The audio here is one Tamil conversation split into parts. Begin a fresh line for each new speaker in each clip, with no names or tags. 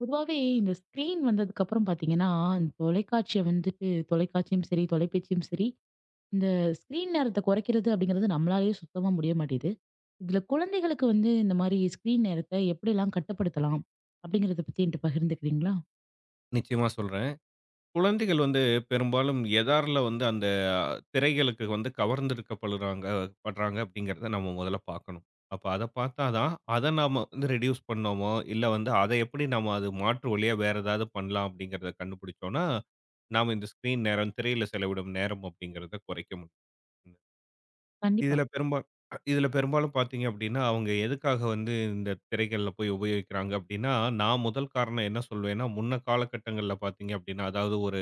பொதுவாவே இந்த ஸ்க்ரீன் வந்ததுக்கப்புறம் பார்த்தீங்கன்னா, இந்த தொலைக்காட்சிய வந்துட்டு தொலைக்காட்சியும் சரி, தொலைபேசியும் சரி, இந்த ஸ்க்ரீன் நேரத்த குறைக்கிறது அப்படிங்கிறது நம்மளாலயே சுத்தமா முடிய மாட்டேது. இதுல குழந்தைகளுக்கு வந்து இந்த மாரி ஸ்க்ரீன் நேரத்த எப்படிலாம் கட்டுப்படுத்தலாம்? அப்படிங்கிறத பத்தி என்ட்ட பகிர்ந்துக்கிறீங்களா?
நிச்சயமா சொல்றேன். குழந்தைகள் வந்து பெரும்பாலும் எதார்ல வந்து அந்த திரைகளுக்கு வந்து கவர்ந்திருக்கப்படுறாங்க அப்படிங்கிறத நம்ம முதல்ல பார்க்கணும். அப்ப அத பார்த்தா தான், அத நாம வந்து ரெடியூஸ் பண்ணோமோ, இல்ல வந்து அத எப்படி நம்ம அது மாற்று வழியா வேற ஏதாவது பண்ணலாம் அப்படிங்கிறத கண்டுபிடிச்சோம்னா, நாம இந்த ஸ்க்ரீன் நேரம், திரையில செலவிடும் நேரம் அப்படிங்கிறத குறைக்க முடியும்.
கண்டிப்பா.
இதுல பெரும்பா இதுல பெரும்பாலும் பார்த்தீங்க அப்படின்னா, அவங்க எதுக்காக வந்து இந்த திரைகள்ல போய் உபயோகிக்கிறாங்க அப்படின்னா, நான் முதல் காரணம் என்ன சொல்வேன்னா, முன்ன காலகட்டங்கள்ல பார்த்தீங்க அப்படின்னா, அதாவது ஒரு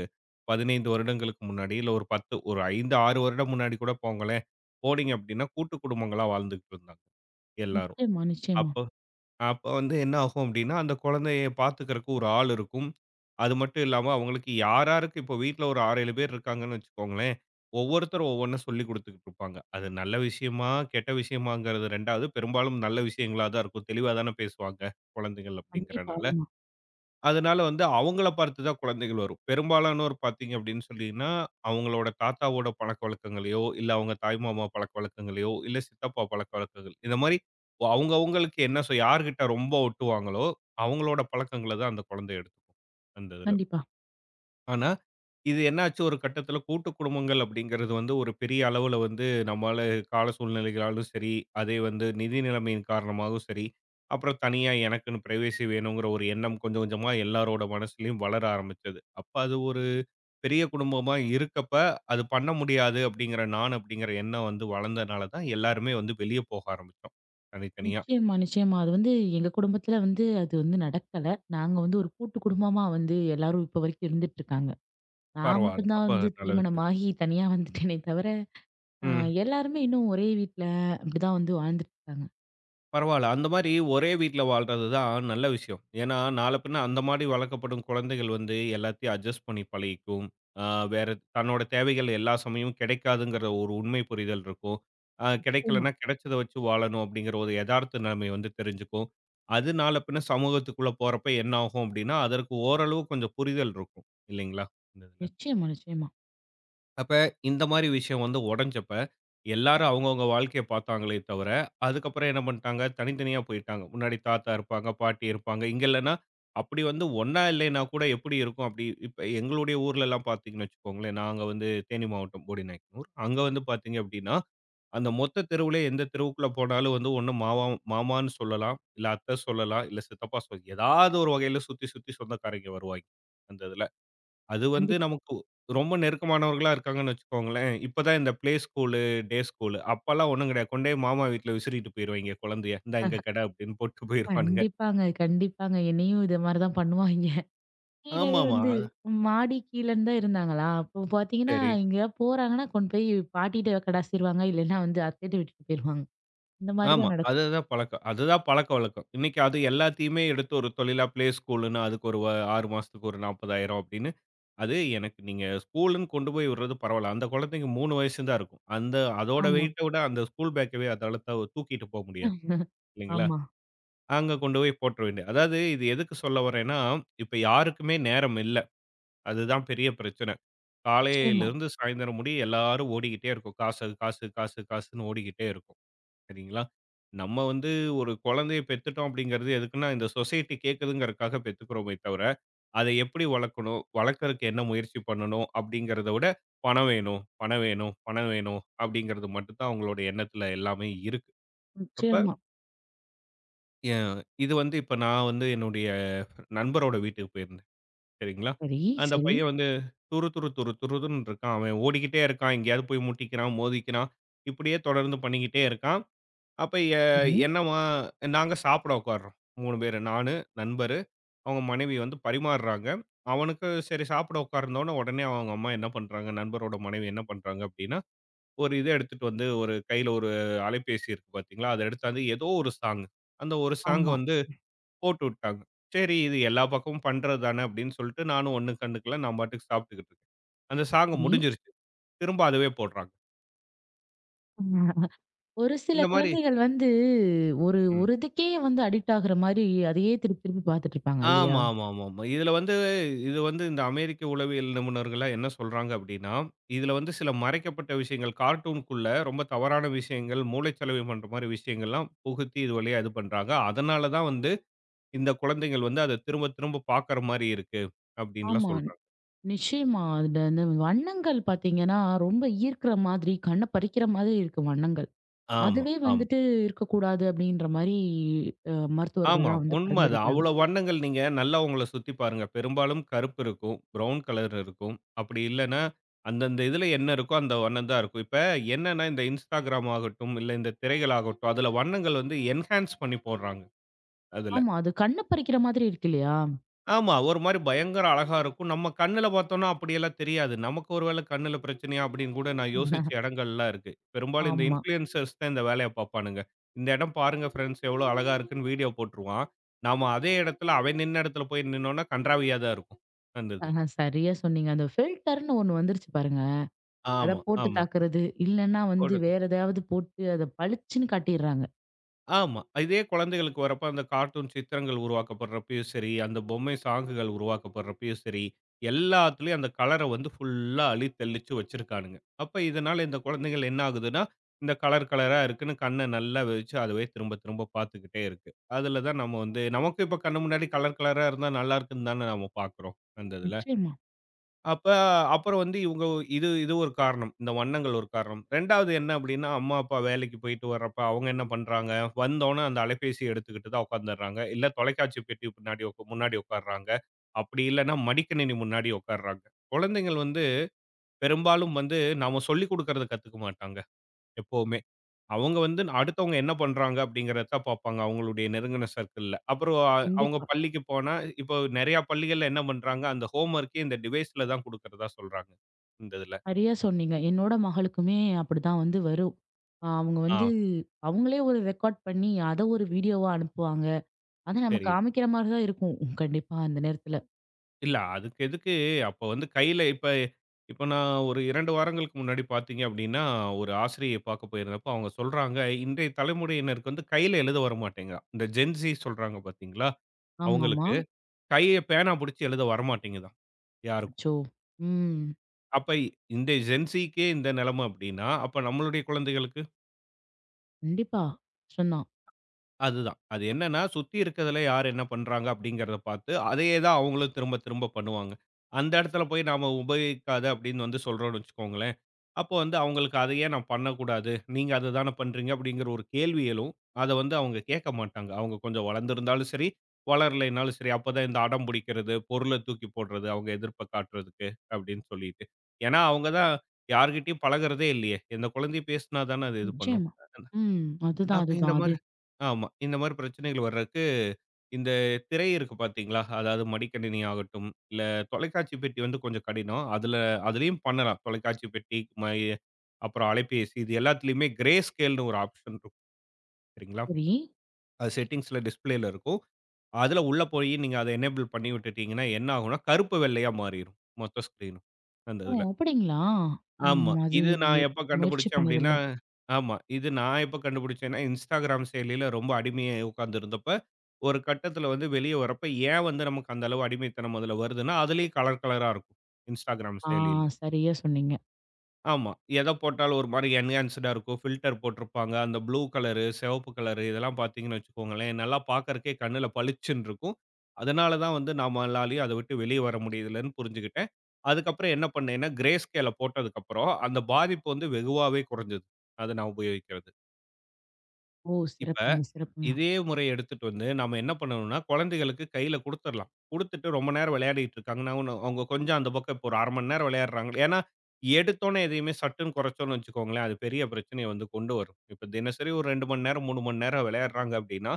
15 வருடங்களுக்கு முன்னாடி, இல்ல ஒரு 10 ஒரு 5, 6 வருடம் முன்னாடி கூட போங்களேன். போனீங்க அப்படின்னா, கூட்டு குடும்பங்களா வாழ்ந்துகிட்டு இருந்தாங்க, எல்லாரும்.
நிச்சயமா, நிச்சயமா.
அப்போ அப்போ வந்து என்ன ஆகும் அப்படின்னா, அந்த குழந்தைய பார்த்துக்கறக்கு ஒரு ஆள் இருக்கும். அது மட்டும் இல்லாம, அவங்களுக்கு யார் யாருக்கு இப்போ வீட்ல ஒரு 6, 7 பேர் இருக்காங்கன்னு வச்சுக்கோங்களேன். ஒவ்வொருத்தரும் ஒவ்வொண்ணு சொல்லிக் குடுத்துக்கிட்டு இருப்பாங்க. அது நல்ல விஷயமா, கெட்ட விஷயமாங்கிறது 2வது. பெரும்பாலும் நல்ல விஷயங்களா தான் இருக்கும். தெளிவா தானே பேசுவாங்க, குழந்தைகள்
கண்டிப்பா.
அப்படிங்கிறனால.
ஆமா.
அதனால வந்து அவங்கள பார்த்து தான் குழந்தைகள் வரும். பெரும்பாலானோர் பார்த்தீங்க அப்படின்னு சொல்லீங்கன்னா, அவங்களோட தாத்தாவோட பழக்கவழக்கங்களையோ, இல்ல அவங்க தாய் மாமா பழக்கவழக்கங்களையோ, இல்ல சித்தப்பா பழக்கவழக்கங்கள் இந்த மாரி அவங்க அவங்களுக்கு என்ன யார்கிட்ட ரொம்ப ஒட்டுவாங்களோ, அவங்களோட பழக்கங்கள தான் அந்த குழந்தை எடுத்துக்கும். அந்த இதுல.
கண்டிப்பா.
ஆனா, இது என்னாச்சு ஒரு கட்டத்தில கூட்டு குடும்பங்கள் அப்படிங்கிறது வந்து ஒரு பெரிய அளவுல வந்து நம்மால கால சூழ்நிலைகளாலும் சரி, அதே வந்து நிதி நிலைமையின் காரணமாகவும் சரி, அப்புறம் தனியா எனக்குன்னு பிரைவசி வேணுங்கிற ஒரு எண்ணம் கொஞ்சம் கொஞ்சமா எல்லாரோட மனசுலயும் வளர ஆரம்பிச்சது. அப்ப அது ஒரு பெரிய குடும்பமா இருக்கப்ப, அது பண்ண முடியாது அப்படிங்கிற நான் அப்படிங்கிற எண்ணம் வந்து வளர்ந்தனால தான் எல்லாருமே வந்து வெளிய போக ஆரம்பிச்சோம். தனித்தனியா.
நிச்சயமா, நிச்சயமா. அது வந்து எங்க குடும்பத்துல வந்து அது வந்து நடக்கல. நாங்க வந்து ஒரு கூட்டு குடும்பமா வந்து எல்லாரும் இப்ப வரைக்கும் இருந்துட்டுருக்காங்க. நான்
பரவால்ல.
மட்டும் தான்
அப்ப
வந்து
நல்ல விஷயம்.
திருமணமாகி தனியா வந்துட்டேனே தவிர, அ
ம்.
எல்லாருமே இன்னும் ஒரே வீட்ல அப்படிதான் வந்து வாழ்ந்துட்டு இருக்காங்க.
பரவால்ல. அந்த மாரி ஒரே வீட்ல வாழ்றது தான் நல்ல விஷயம். ஏன்னா, நாள பின்ன அந்த மாரி வளர்க்கப்படும் குழந்தைகள் வந்து எல்லாத்தையும் அட்ஜஸ்ட் பண்ணி பழகிக்கும். ஆ வேற தன்னோட தேவைகள் எல்லா சமயமும் கிடைக்காதுங்கிற ஒரு உண்மை புரிதல் இருக்கும்.
நிச்சயமா,
கிடைக்கலன்னா, கிடைச்சத வச்சு வாழணும் அப்படிங்கிற ஒரு எதார்த்த நிலைமை வந்து தெரிஞ்சுக்கும். அது நாள பின்ன சமூகத்துக்குள்ள போறப்ப என்ன ஆகும் அப்படின்னா, அதற்கு ஓரளவு கொஞ்சம் புரிதல் இருக்கும். இல்லைங்களா? இந்த இதுல.
நிச்சயமா, நிச்சயமா.
அப்ப இந்த மாரி விஷயம் வந்து உடைஞ்சப்ப, எல்லாரும் அவங்கவங்க வாழ்க்கைய பார்த்தாங்களே தவிர, அதுக்கப்புறம் என்ன பண்ணிட்டாங்க, தனித்தனியா போயிட்டாங்க. முன்னாடி தாத்தா இருப்பாங்க, பாட்டி இருப்பாங்க. இங்க இல்லன்னா, அப்படி வந்து ஒண்ணா இல்லைன்னா கூட எப்படி இருக்கும் அப்படி இப்ப எங்களுடைய ஊர்லலாம் பார்த்தீங்கன்னு வச்சுக்கோங்களேன், நாங்க வந்து தேனி மாவட்டம் போடிநாயக்கனூர். அங்க வந்து பார்த்தீங்க அப்படின்னா, அந்த மொத்த தெருவுல எந்த தெருவுக்குள்ள போனாலும் வந்து ஒண்ணு மாமான்னு சொல்லலாம், இல்ல அத்தை சொல்லலாம், இல்ல சித்தப்பா ஏதாவது ஒரு வகையில சுத்தி சுத்தி சொந்தக்காரங்க வருவாய்ங்க, அந்த இதுல. அது வந்து
கண்டிப்பா.
நமக்கு ரொம்ப நெருக்கமானவர்களா இருக்காங்கன்னு வச்சுக்கோங்களேன். இப்ப தான் இந்த பிளே ஸ்கூலு, டே ஸ்கூலு அப்பல்லாம் ஒண்ணும் கிடையாது. கொண்டு போய் மாமா வீட்ல விசிறிட்டு போயிருவாய்ங்க குழந்தைய. இந்தா இங்க கெட அப்படின்னு போட்டு போயிருவானுங்க.
கண்டிப்பாங்க, கண்டிப்பாங்க. என்னையும் இத மாரி தான் பண்ணுவாய்ங்க. கீழவே
ஆமாமா.
வந்து மாடி கீழன்னு தான் இருந்தாங்களா, அப்போ பார்த்தீங்கன்னா,
சரி.
எங்கேயாவது போறாங்கன்னா கொண்டு போய் பாட்டிட்ட கடாசிருவாங்க. இல்லைன்னா வந்து அத்தைட்ட விட்டுட்டு போயிருவாங்க. இந்த மாரி
ஆமா.
தான் நடக்கும்.
அதுதான் பழக்கம். அதுதான் பழக்கவழக்கம். இன்னைக்கு அது எல்லாத்தையுமே எடுத்து ஒரு தொழிலா பிளே ஸ்கூல்ன்னு அதுக்கு ஒரு 6 மாசத்துக்கு ஒரு 40,000 அப்படின்னு. அது எனக்கு நீங்க ஸ்கூல்ன்னு கொண்டு போய் விடுறது பரவால்ல. அந்த குழந்தைக்கு 3 வயசு தான் இருக்கும். அந்த அதோட
ஆமா.
வெயிட்ட விட அந்த ஸ்கூல் பேக்கவே அதால தூக்கிட்டு போ முடியாது. இல்லைங்களா?
ஆமா.
அங்க கொண்டு போய் போட்டுற வேண்டியது. அதாவது இது எதுக்கு சொல்ல வரேன்னா, இப்ப யாருக்குமே நேரம் இல்ல. அதுதான் பெரிய பிரச்சனை.
நிச்சயமா,
காலையிலிருந்து சாயந்தரம் முடிய எல்லாரும் ஓடிக்கிட்டே இருக்கும். காசு, காசு, காசு, காசுன்னு ஓடிக்கிட்டே இருக்கும். சரிங்களா? நம்ம வந்து ஒரு குழந்தைய பெத்துட்டோம் அப்படிங்கிறது எதுக்குன்னா, இந்த சொசைட்டி கேட்குதுங்கிறதுக்காக பெத்துக்கிறோமே தவிர, அதை எப்படி வளர்க்கணும்? வளர்க்கறக்கு என்ன முயற்சி பண்ணணும்? அப்படிங்கிறத விட பணம் வேணும், பணம் வேணும், பணம் வேணும் அப்படிங்கிறது மட்டும் தான் அவங்களோட எண்ணத்துல எல்லாமே இருக்கு. அப்ப
நிச்சயமா.
எ இது வந்து இப்ப நான் வந்து என்னுடைய நண்பரோட வீட்டுக்கு போயிருந்தேன். சரிங்களா?
சரி,
அந்த
சரி.
பையன் வந்து துரு துரு துரு துருன்னு இருக்கான். அவன் ஓடிக்கிட்டே இருக்கான். எங்கேயாவது போய் முட்டிக்கிறான், மோதிக்கிறான். இப்படியே தொடர்ந்து பண்ணிக்கிட்டே இருக்கான். அப்ப எ
சரி.
என்னவா நாங்க சாப்பிட உட்கார்றோம். 3 பேரு. நானு, நண்பரு, அவங்க மனைவி வந்து பரிமாறுறாங்க. அவனுக்கு சரி சாப்பிட உட்கார்ந்தோன உடனே அவங்க அம்மா என்ன பண்றாங்க, நண்பரோட மனைவி என்ன பண்றாங்க அப்படின்னா, ஒரு இத எடுத்துட்டு வந்து ஒரு கையில ஒரு அலைபேசி இருக்கு பார்த்தீங்களா, அத எடுத்தாந்து ஏதோ ஒரு சாங். அந்த ஒரு சாங்
ஆமா.
வந்து போட்டு விட்டாங்க. சரி இது எல்லா பக்கமும் பண்றது தானே அப்படின்னு சொல்லிட்டு நானும் ஒண்ணும் கண்டுக்கல. நான் பாட்டுக்கு சாப்பிட்டுக்கிட்டு இருக்கேன். அந்த சாங் முடிஞ்சிருச்சு. திரும்ப அதுவே போடுறாங்க.
சரி. ஒரு சில
இந்த மாரி
குழந்தைகள் வந்து ஒரு
ம்.
ஒரு இதுக்கே வந்து அடிக்ட் ஆகுற மாரி, அதையே திருப்பி திருப்பி பார்த்துட்டு இருப்பாங்க இல்லையா?
ஆமா, ஆமா, ஆமா, ஆமா. இதுல வந்து இது வந்து இந்த அமெரிக்க உளவியல் நிபுணர்கள்லாம் என்ன சொல்றாங்க அப்படின்னா, இதுல வந்து சில மறைக்கப்பட்ட விஷயங்கள் கார்ட்டூனுக்குள்ள ரொம்ப தவறான விஷயங்கள், மூளைச்சலவை பண்ற மாரி விஷயங்கள்லாம் புகுத்தி இது வழியா இது பண்றாங்க. அதனால தான் வந்து இந்த குழந்தைகள் வந்து அத திரும்ப திரும்ப பார்க்குற மாரி இருக்கு அப்படின்லாம்
ஆமா.
சொல்றாங்க.
நிச்சயமா. அதுல அந்த வண்ணங்கள் பார்த்தீங்கன்னா, ரொம்ப ஈர்க்கிற மாதிரி, கண்ண பறிக்கிற மாதிரி இருக்கு வண்ணங்கள்.
ஆமா,
அதுவே
ஆமா.
வந்துட்டு இருக்கக்கூடாது அப்படின்ற மாரி அ
ஆமா,
மருத்துவர்கள்லாம் வந்து
உண்ம அது.
பரிந்துரைக்கிறாங்க.
அவ்ளோ வண்ணங்கள் நீங்க நல்லா உங்கள சுத்தி பாருங்க. பெரும்பாலும் கருப்பு இருக்கும், ப்ரவுன் கலர் இருக்கும். அப்படி இல்லன்னா, அந்தந்த இதுல என்ன இருக்கோ அந்த வண்ணம் தான் இருக்கும். இப்ப என்னன்னா இந்த Instagram ஆகட்டும், இல்ல இந்த திரைகள் ஆகட்டும், அதுல வண்ணங்கள் வந்து என்ஹான்ஸ் பண்ணி போடுறாங்க அதுல.
ஆமா. அது கண்ண பறிக்கிற மாதிரி இருக்கு இல்லையா?
ஆமா. ஒரு மாரி பயங்கர அழகா இருக்கும். நம்ம கண்ணுல பார்த்தோம்னா அப்படியெல்லாம் தெரியாது. நமக்கு ஒரு வேள கண்ணுல பிரச்சனையா அப்படின்னு கூட நான் யோசிச்ச இடங்கள்லாம் இருக்கு. பெரும்பாலும் இந்த
ஆமா.
இன்ஃப்ளூயன்சர்ஸ் தான் இந்த வேலைய பார்ப்பானுங்க. இந்த இடம் பாருங்க ஃபிரெண்ட்ஸ் எவ்வளோ அழகா இருக்குன்னு வீடியோ போட்டுருவான். நாம அதே இடத்துல அவன் நின்ன இடத்துல போய் நின்னோம்னா கண்றாவியா தான் இருக்கும். அந்த இது.
ஆஹ சரியா சொன்னீங்க. அந்த ஃபில்டர்ன்னு ஒண்ணு வந்துருச்சு பாருங்க. அத
ஆமா,
போட்டு
ஆமா.
தாக்குறது. இல்லன்னா வந்து
ஒரு
வேற எதாவது போட்டு அத பளிச்சுன்னு காட்டிர்றாங்க.
ஆமா. இதே குழந்தைகளுக்கு வரப்ப அந்த கார்ட்டூன் சித்திரங்கள் உருவாக்கப்படுறப்பயும் சரி, அந்த பொம்மை சாங்குகள் உருவாக்கப்படுறப்பயும் சரி, எல்லாத்துலயும் அந்த கலர வந்து ஃபுல்லா அழித்தெளிச்சு வச்சிருக்கானுங்க. அப்ப இதனால இந்த குழந்தைகள் என்ன ஆகுதுன்னா, இந்த கலர் கலரா இருக்குன்னு கண்ண நல்லா வச்சு அதுவே திரும்ப திரும்ப பார்த்துக்கிட்டே இருக்கு. அதுல தான் நம்ம வந்து நமக்கு இப்ப கண்ணு முன்னாடி கலர் கலரா இருந்தா நல்லாருக்குன்னு தானே நம்ம பார்க்குறோம், அந்த இதுல.
நிச்சயமா.
அப்ப அப்புறம் வந்து இவங்க இது இது ஒரு காரணம். இந்த வண்ணங்கள் ஒரு காரணம். 2வது என்ன அப்டின்னா, அம்மா, அப்பா வேலைக்கு போயிட்டு வர்றப்ப அவங்க என்ன பண்றாங்க, வந்தோன அந்த அலைபேசிய எடுத்துக்கிட்டு தான் உட்காந்துர்றாங்க. இல்ல தொலைக்காட்சி பெட்டி பின்னாடி முன்னாடி உட்கார்றாங்க. அப்டி இல்லன்னா மடிக்கணினி முன்னாடி உட்கார்றாங்க. குழந்தைகள் வந்து பெரும்பாலும் வந்து நாம சொல்லிக் குடுக்கறத கத்துக்க மாட்டாங்க எப்பவுமே. அவங்க வந்து அடுத்தவங்க என்ன பண்றாங்க அப்படிங்கிறத தான் பார்ப்பாங்க அவங்களுடைய நெருங்கின சர்க்கிள்ல. அப்புறம் அவங்க
கண்டிப்பா.
பள்ளிக்கு போனா, இப்போ நெறைய பள்ளிகள்ல என்ன பண்றாங்க, அந்த ஹோம் ஒர்க்கே இந்த டிவைஸ்ல தான் குடுக்கிறதா சொல்றாங்க. இந்த இதுல.
சரியா சொன்னீங்க. என்னோட மகளுக்குமே அப்படிதான் வந்து வரும். அவங்க
ஆ
வந்து அவங்களே ஒரு ரெக்கார்ட் பண்ணி, அத ஒரு வீடியோவா அனுப்புவாங்க. அத நம்ம
சரி.
காமிக்கிற மாரி தான் இருக்கும். கண்டிப்பா அந்த நேரத்துல.
இல்ல அதுக்கு எதுக்கு அப்ப வந்து கையில இப்ப இப்ப நான் ஒரு 2 வாரங்களுக்கு முன்னாடி பார்த்தீங்க அப்படின்னா, ஒரு ஆசிரியை பார்க்க போயிருந்தப்போ அவங்க சொல்றாங்க, இன்றைய தலைமுறையினருக்கு வந்து கையில எழுத வரமாட்டேங்குதாம். இந்த ஜென்ஸி சொல்றாங்க பார்த்தீங்களா?
ஆமாமா.
அவங்களுக்கு கைய பேனா புடிச்சு எழுத வரமாட்டேங்குதாம் யாருக்கும்.
அச்சோ! ம்.
அப்ப இந்த ஜென்ஸிக்கே இந்த நிலைமை அப்படின்னா, அப்ப நம்மளுடைய குழந்தைகளுக்கு
கண்டிப்பா. கஷ்டம்தான்.
அதுதான். அது என்னன்னா, சுத்தி இருக்கிறதுல யார் என்ன பண்றாங்க அப்படிங்கிறத பார்த்து, அதையே தான் அவங்களும் திரும்ப திரும்ப பண்ணுவாங்க. அந்த இடத்துல போய் நாம உபயோகிக்காத அப்படின்னு வந்து சொல்றோம்னு வச்சுக்கோங்களேன். அப்போ வந்து அவங்களுக்கு "அத ஏன் நான் பண்ணக்கூடாது? நீங்க அத தான பண்றீங்க" அப்படிங்கிற ஒரு கேள்வி எழும். அத வந்து அவங்க கேட்க மாட்டாங்க. அவங்க கொஞ்சம் வளர்ந்திருந்தாலும் சரி, வளரலைனாலும் சரி. அப்பதான் இந்த அடம் பிடிக்கிறது, பொருள தூக்கி போடுறது, அவங்க எதிர்ப்ப காட்டுறதுக்கு அப்படின்னு சொல்லிட்டு. ஏன்னா, அவங்க தான் யார்கிட்டயும் பழகுறதே இல்லையே! இந்த குழந்தை பேசுனா தானே அது இது பண்ணும்.
நிச்சயமா. ம். அதுதான்,
அப்ப இந்த
அதுதான். அது
மாரி ஆமா. இந்த மாரி பிரச்சனைகள் வர்றதுக்கு இந்த திரை இருக்கு பார்த்தீங்களா? அதாவது மடிக்கணினி ஆகட்டும், இல்ல தொலைக்காட்சி பெட்டி வந்து கொஞ்சம் கடினம். அதுல அதுலயும் பண்ணலாம். தொலைக்காட்சி பெட்டி, அப்புறம் அலைபேசி இது எல்லாத்துலயுமே கிரே ஸ்கேல்னு ஒரு ஆப்ஷன் இருக்கும் சரிங்களா?
சரி.
அது செட்டிங்ஸ்ல டிஸ்ப்ளேல இருக்கும். அதுல உள்ள போயி நீங்க அத எனேபிள் பண்ணி விட்டுட்டீங்கன்னா, என்ன ஆகும்னா, கருப்பு வெள்ளையா மாறிரும் மொத்த ஸ்க்ரீனும் அந்த
ஓ!
இதுல.
அப்படிங்களா?
ஆமா.
ம். அது
இது நான்
எ-
எப்ப
முயற்சி
கண்டுபிடிச்சேன் அப்படின்னா,
பண்ணதில்ல.
ஆமா. இது நான் எப்ப கண்டுபிடிச்சேன்னா, Instagram செயலியில ரொம்ப அடிமையா உட்கார்ந்திருந்தப்ப, ஒரு கட்டத்தில வந்து வெளிய வரப்ப, ஏன் வந்து நமக்கு அந்த அளவு அடிமைத்தனம் முதல்ல வருதுன்னா, அதிலேயும் கலர் கலரா இருக்கும். Instagram
ஆ
செயலியில.
சரியா சொன்னீங்க.
ஆமா. எத போட்டாலும் ஒரு மாரி என்ஹான்ஸ்டா இருக்கும். ஃபில்டர் போட்டிருப்பாங்க. அந்த ப்ளூ கலரு, சிவப்பு கலரு இதெல்லாம் பார்த்தீங்கன்னு வச்சுக்கோங்களேன், நல்லா பார்க்கறக்கே கண்ணுல பளிச்சுன்னு இருக்கும். அதனால தான் வந்து நம்மளாலயும் அத விட்டு வெளிய வர முடியலன்னு புரிஞ்சுகிட்டேன். அதுக்கப்புறம் என்ன பண்ணேன்னா, கிரே ஸ்கேல போட்டதுக்கப்புறம், அந்த பாதிப்பு வந்து வெகுவாவே குறைஞ்சது. அத நான் உபயோகிக்கிறது.
ஓ!
இப்ப
சிறப்புங்க, சிறப்புங்க.
இதே முறைய எடுத்துட்டு வந்து நாம என்ன பண்ணணும்னா, குழந்தைகளுக்கு கையில குடுத்துறலாம். குடுத்துட்டு ரொம்ப நேரம் விளையாடிட்டு இருக்காங்கன்னா, ஒண்ணு அவங்க கொஞ்சம் அந்த பக்கம் இப்போ ஒரு 1/2 மணி நேரம் விளையாடுறாங்க. ஏன்னா, எடுத்தோனே எதையுமே சட்டுன்னு குறைச்சோம்னு வச்சுக்கோங்களேன், அது பெரிய பிரச்சனைய வந்து கொண்டு வரும். இப்ப தினசரி ஒரு 2 மணி நேரம், 3 மணி நேரம் விளையாடுறாங்க அப்படின்னா,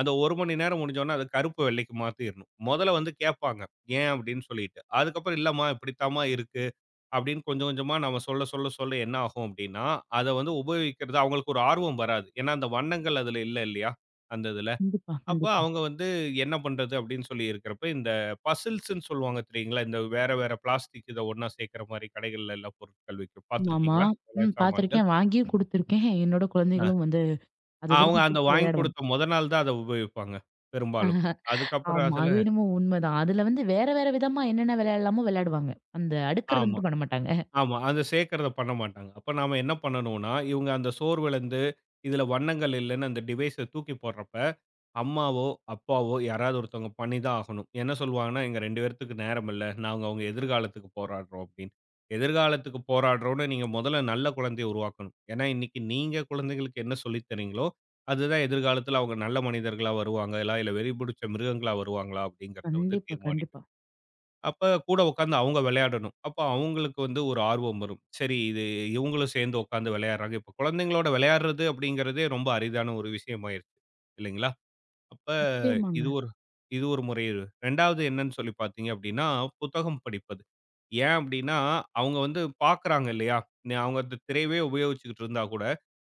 அந்த 1 மணி நேரம் முடிஞ்சோனே அது கருப்பு, வெள்ளைக்கு மாத்திரணும். முதல்ல வந்து கேட்பாங்க. ஏன் அப்படின்னு சொல்லிட்டு. அதுக்கப்புறம் இல்லம்மா இப்படித்தாம்மா இருக்கு. அப்படின்னு கொஞ்சம் கொஞ்சமா நம்ம சொல்ல சொல்ல சொல்ல என்ன ஆகும் அப்படின்னா, அத வந்து உபயோகிக்கிறது அவங்களுக்கு ஒரு ஆர்வம் வராது. ஏன்னா அந்த வண்ணங்கள் அதுல இல்ல இல்லையா? அந்த இதுல.
கண்டிப்பா,
அப்ப
கண்டிப்பா.
அவங்க வந்து என்ன பண்றது அப்படின்னு சொல்லி இருக்கிறப்ப, இந்த பசில்ஸ்ன்னு சொல்லுவாங்க தெரியுங்களா? இந்த வேற வேற பிளாஸ்டிக் இத ஒண்ணா சேர்க்கிற மாரி கடைகள்ல எல்லாம் பொருட்கள் விக்கும்.
ஆமாமா.
பார்த்துருக்கீங்களா? விலை
ம்.
சாமான்கள்.
பார்த்துருக்கேன். வாங்கியும் குடுத்துருக்கேன். என்னோட
அ
குழந்தைகளும் வந்து அத
அவங்க அந்த
விருப்பப்பட்டு
வாங்கி
விளையாடுவாங்க.
கொடுத்த மொத நாள் தான் அத உபயோகிப்பாங்க பெரும்பாலும். அதுக்கப்புறம்
ஆமா.
அதுல
அது என்னமோ உண்மதான். அதுல வந்து வேற வேற விதமா என்னென்ன விளையாடலாமோ விளையாடுவாங்க. அந்த அடுக்குறத
ஆமா.
மட்டும் பண்ண மாட்டாங்க.
ஆமா. அத சேர்க்கிறத பண்ண மாட்டாங்க. அப்ப நாம என்ன பண்ணணும்னா, இவங்க அந்த சோர்விலருந்து இதுல வண்ணங்கள் இல்லன்னு அந்த டிவைஸ தூக்கி போடுறப்ப, அம்மாவோ, அப்பாவோ யாராவது ஒருத்தவங்க பண்ணி தான் ஆகணும். என்ன சொல்லுவாங்கன்னா, "எங்க 2 பேர்த்துக்கு நேரம் இல்ல. நாங்க அவங்க எதிர்காலத்துக்கு போராடுறோம்" அப்படின்னு. எதிர்காலத்துக்கு போராடுறோம்னு நீங்க முதல்ல நல்ல குழந்தைய உருவாக்கணும். ஏன்னா, இன்னைக்கு நீங்க குழந்தைகளுக்கு என்ன சொல்லி தர்றீங்களோ, அதுதான் எதிர்காலத்துல அவங்க நல்ல மனிதர்களா வருவாங்களா, இல்ல வெறி பிடிச்ச மிருகங்களா வருவாங்களா அப்படிங்கிறத வந்து
கண்டிப்பா,
தீர்மானிக்கும்.
கண்டிப்பா.
அப்ப கூட உட்காந்து அவங்க விளையாடணும். அப்ப அவங்களுக்கு வந்து ஒரு ஆர்வம் வரும். சரி இது இவங்களும் சேர்ந்து உட்காந்து விளையாடுறாங்க. இப்ப குழந்தைங்களோட விளையாடுறது அப்படிங்கிறதே ரொம்ப அரிதான ஒரு விஷயம் ஆயிருச்சு. இல்லைங்களா? அப்ப
நிச்சயமாங்க.
இது ஒரு இது ஒரு முறை இரு. 2வது என்னன்னு சொல்லி பார்த்தீங்க அப்படின்னா, புத்தகம் படிப்பது. ஏன் அப்படின்னா, அவங்க வந்து பார்க்குறாங்க இல்லையா? அவங்க அந்த திரையவே உபயோகிச்சுக்கிட்டு இருந்தா கூட,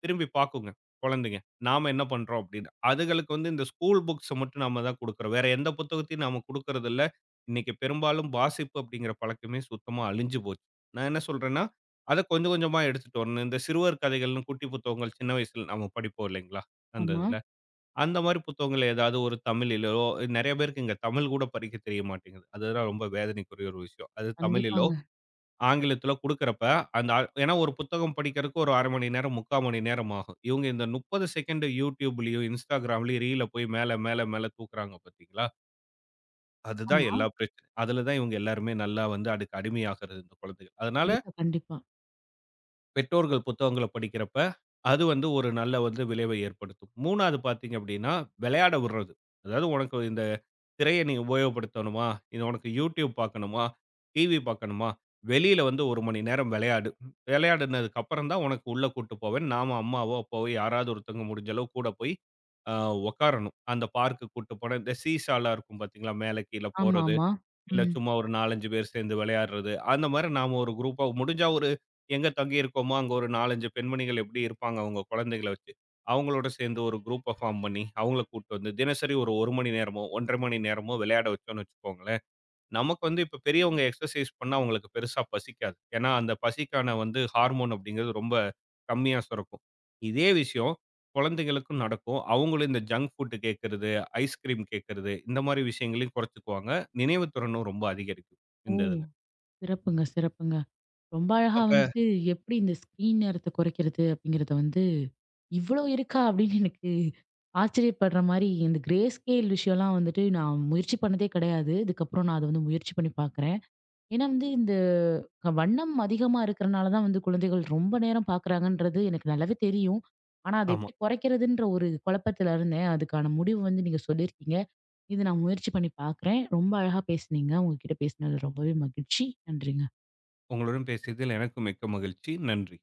திரும்பி பார்க்குங்க குழந்தைங்க. நாம என்ன பண்றோம் அப்படின்னு. அதுகளுக்கு வந்து இந்த ஸ்கூல் புக்ஸ மட்டும் நாம தான் குடுக்குறோம். வேற எந்த புத்தகத்தையும் நாம குடுக்குறதில்ல. இன்னைக்கு பெரும்பாலும் வாசிப்பு அப்படிங்கிற பழக்கமே சுத்தமா அழிஞ்சு போச்சு. நான் என்ன சொல்றேன்னா, அத கொஞ்சம் கொஞ்சமா எடுத்துட்டு வரணும். இந்த சிறுவர் கதைகள்னு குட்டி புத்தகங்கள் சின்ன வயசுல நாம படிப்போம் இல்லைங்களா? அந்த
ஆமா.
இதுல. அந்த மாரி புத்தகங்கள் ஏதாவது ஒரு தமிழிலோ நெறைய பேருக்கு இங்க தமிழ் கூட படிக்க தெரிய மாட்டேங்குது. அதுதான் ரொம்ப வேதனைக்குரிய ஒரு விஷயம். அது தமிழிலோ,
கண்டிப்பாங்க.
ஆங்கிலத்திலோ குடுக்குறப்ப அந்த ஏன்னா ஒரு புத்தகம் படிக்கிறதுக்கு ஒரு 1/2 மணி நேரம், 3/4 மணி நேரம் ஆகும். இவங்க இந்த 30 செகண்ட் YouTubeலயும், Instagramலயும் ரீல போய் மேல, மேல, மேல தூக்குறாங்க பார்த்தீங்களா? அதுதான்
ஆமா.
எல்லா பிரச்சனையும். அதுல தான் இவங்க எல்லாருமே நல்லா வந்து அதுக்கு அடிமையாகுறது இந்த குழந்தைகள். அதனால
கண்டிப்பா, கண்டிப்பா.
பெற்றோர்கள் புத்தகங்கள படிக்கிறப்ப, அது வந்து ஒரு நல்ல வந்து விளைவை ஏற்படுத்தும். 3வது பார்த்தீங்க அப்படின்னா, விளையாட விடுறது. அதாவது உனக்கு இந்த திரைய நீ உபயோகப்படுத்தணுமா? இது உனக்கு YouTube பார்க்கணுமா? டிவி பார்க்கணுமா? வெளியில வந்து 1 மணி நேரம் விளையாடு. விளையாடுனதுக்கு அப்புறம் தான் உனக்கு உள்ள கூட்டு போவேன். நாம அம்மாவோ, அப்பாவோ யாராவது ஒருத்தவங்க முடிஞ்ச அளவு கூட போய் அ உட்காரணும். அந்த பார்க்குக்கு கூட்டு போனா, இந்த சீசாலாம் இருக்கும் பார்த்தீங்களா? மேல கீழ
ஆமா,
போறது.
ஆமா.
இல்ல
ம்.
சும்மா ஒரு 4, 5 பேர் சேர்ந்து விளையாடுறது. அந்த மாரி நாம ஒரு குரூப்பா முடிஞ்சா ஒரு எங்க தங்கியிருக்கோமோ, அங்க ஒரு 4, 5 பெண்மணிகள் எப்படி இருப்பாங்க அவங்க குழந்தைகள வச்சு, அவங்களோட சேர்ந்து ஒரு குரூப்ப ஃபார்ம் பண்ணி, அவங்கள கூட்டு வந்து தினசரி ஒரு 1 மணி நேரமோ, 1 1/2 மணி நேரமோ விளையாட வச்சோம்னு வச்சுக்கோங்களேன். நமக்கு வந்து இப்ப பெரியவங்க எக்ஸர்சைஸ் பண்ணா அவங்களுக்கு பெருசா பசிக்காது. ஏன்னா, அந்த பசிக்கான வந்து ஹார்மோன் அப்படிங்கிறது ரொம்ப கம்மியா சுரக்கும். இதே விஷயம் குழந்தைகளுக்கும் நடக்கும். அவங்களும் இந்த ஜங்க் ஃபுட் கேட்கறது, ஐஸ்கிரீம் கேட்கறது இந்த மாரி விஷயங்களையும் குறைச்சுக்குவாங்க. நினைவு திறனும் ரொம்ப அதிகரிக்கும்
ஓ!
இந்த இதுல.
சிறப்புங்க, சிறப்புங்க. ரொம்ப அழகா
அப்ப
வந்துட்டு எப்படி இந்த ஸ்க்ரீன் நேரத்த குறைக்கிறது அப்படிங்கிறத வந்து இவ்வளோ இருக்கா? அப்படின்னு எனக்கு ஆச்சரியப்படுற மாரி, இந்த கிரே ஸ்கேல் விஷயம்லாம் வந்துட்டு நான் முயற்சி பண்ணதே கிடையாது. இதுக்கப்புறம் நான் அத வந்து முயற்சி பண்ணி பார்க்குறேன். ஏன்னா வந்து இந்த வண்ணம் அதிகமா இருக்கிறனால தான் வந்து குழந்தைகள் ரொம்ப நேரம் பார்க்குறாங்கன்றது எனக்கு நல்லாவே தெரியும். ஆனா, அத
ஆமா.
எப்படி குறைக்கிறதுன்ற ஒரு குழப்பத்துல இருந்தேன். அதுக்கான முடிவு வந்து நீங்க சொல்லியிருக்கீங்க. இது நான் முயற்சி பண்ணி பார்க்குறேன். ரொம்ப அழகா பேசுனீங்க. உங்ககிட்ட பேசினது ரொம்பவே மகிழ்ச்சி. நன்றிங்க.
உங்களுடன் பேசியதில் எனக்கும் மிக்க மகிழ்ச்சி. நன்றி.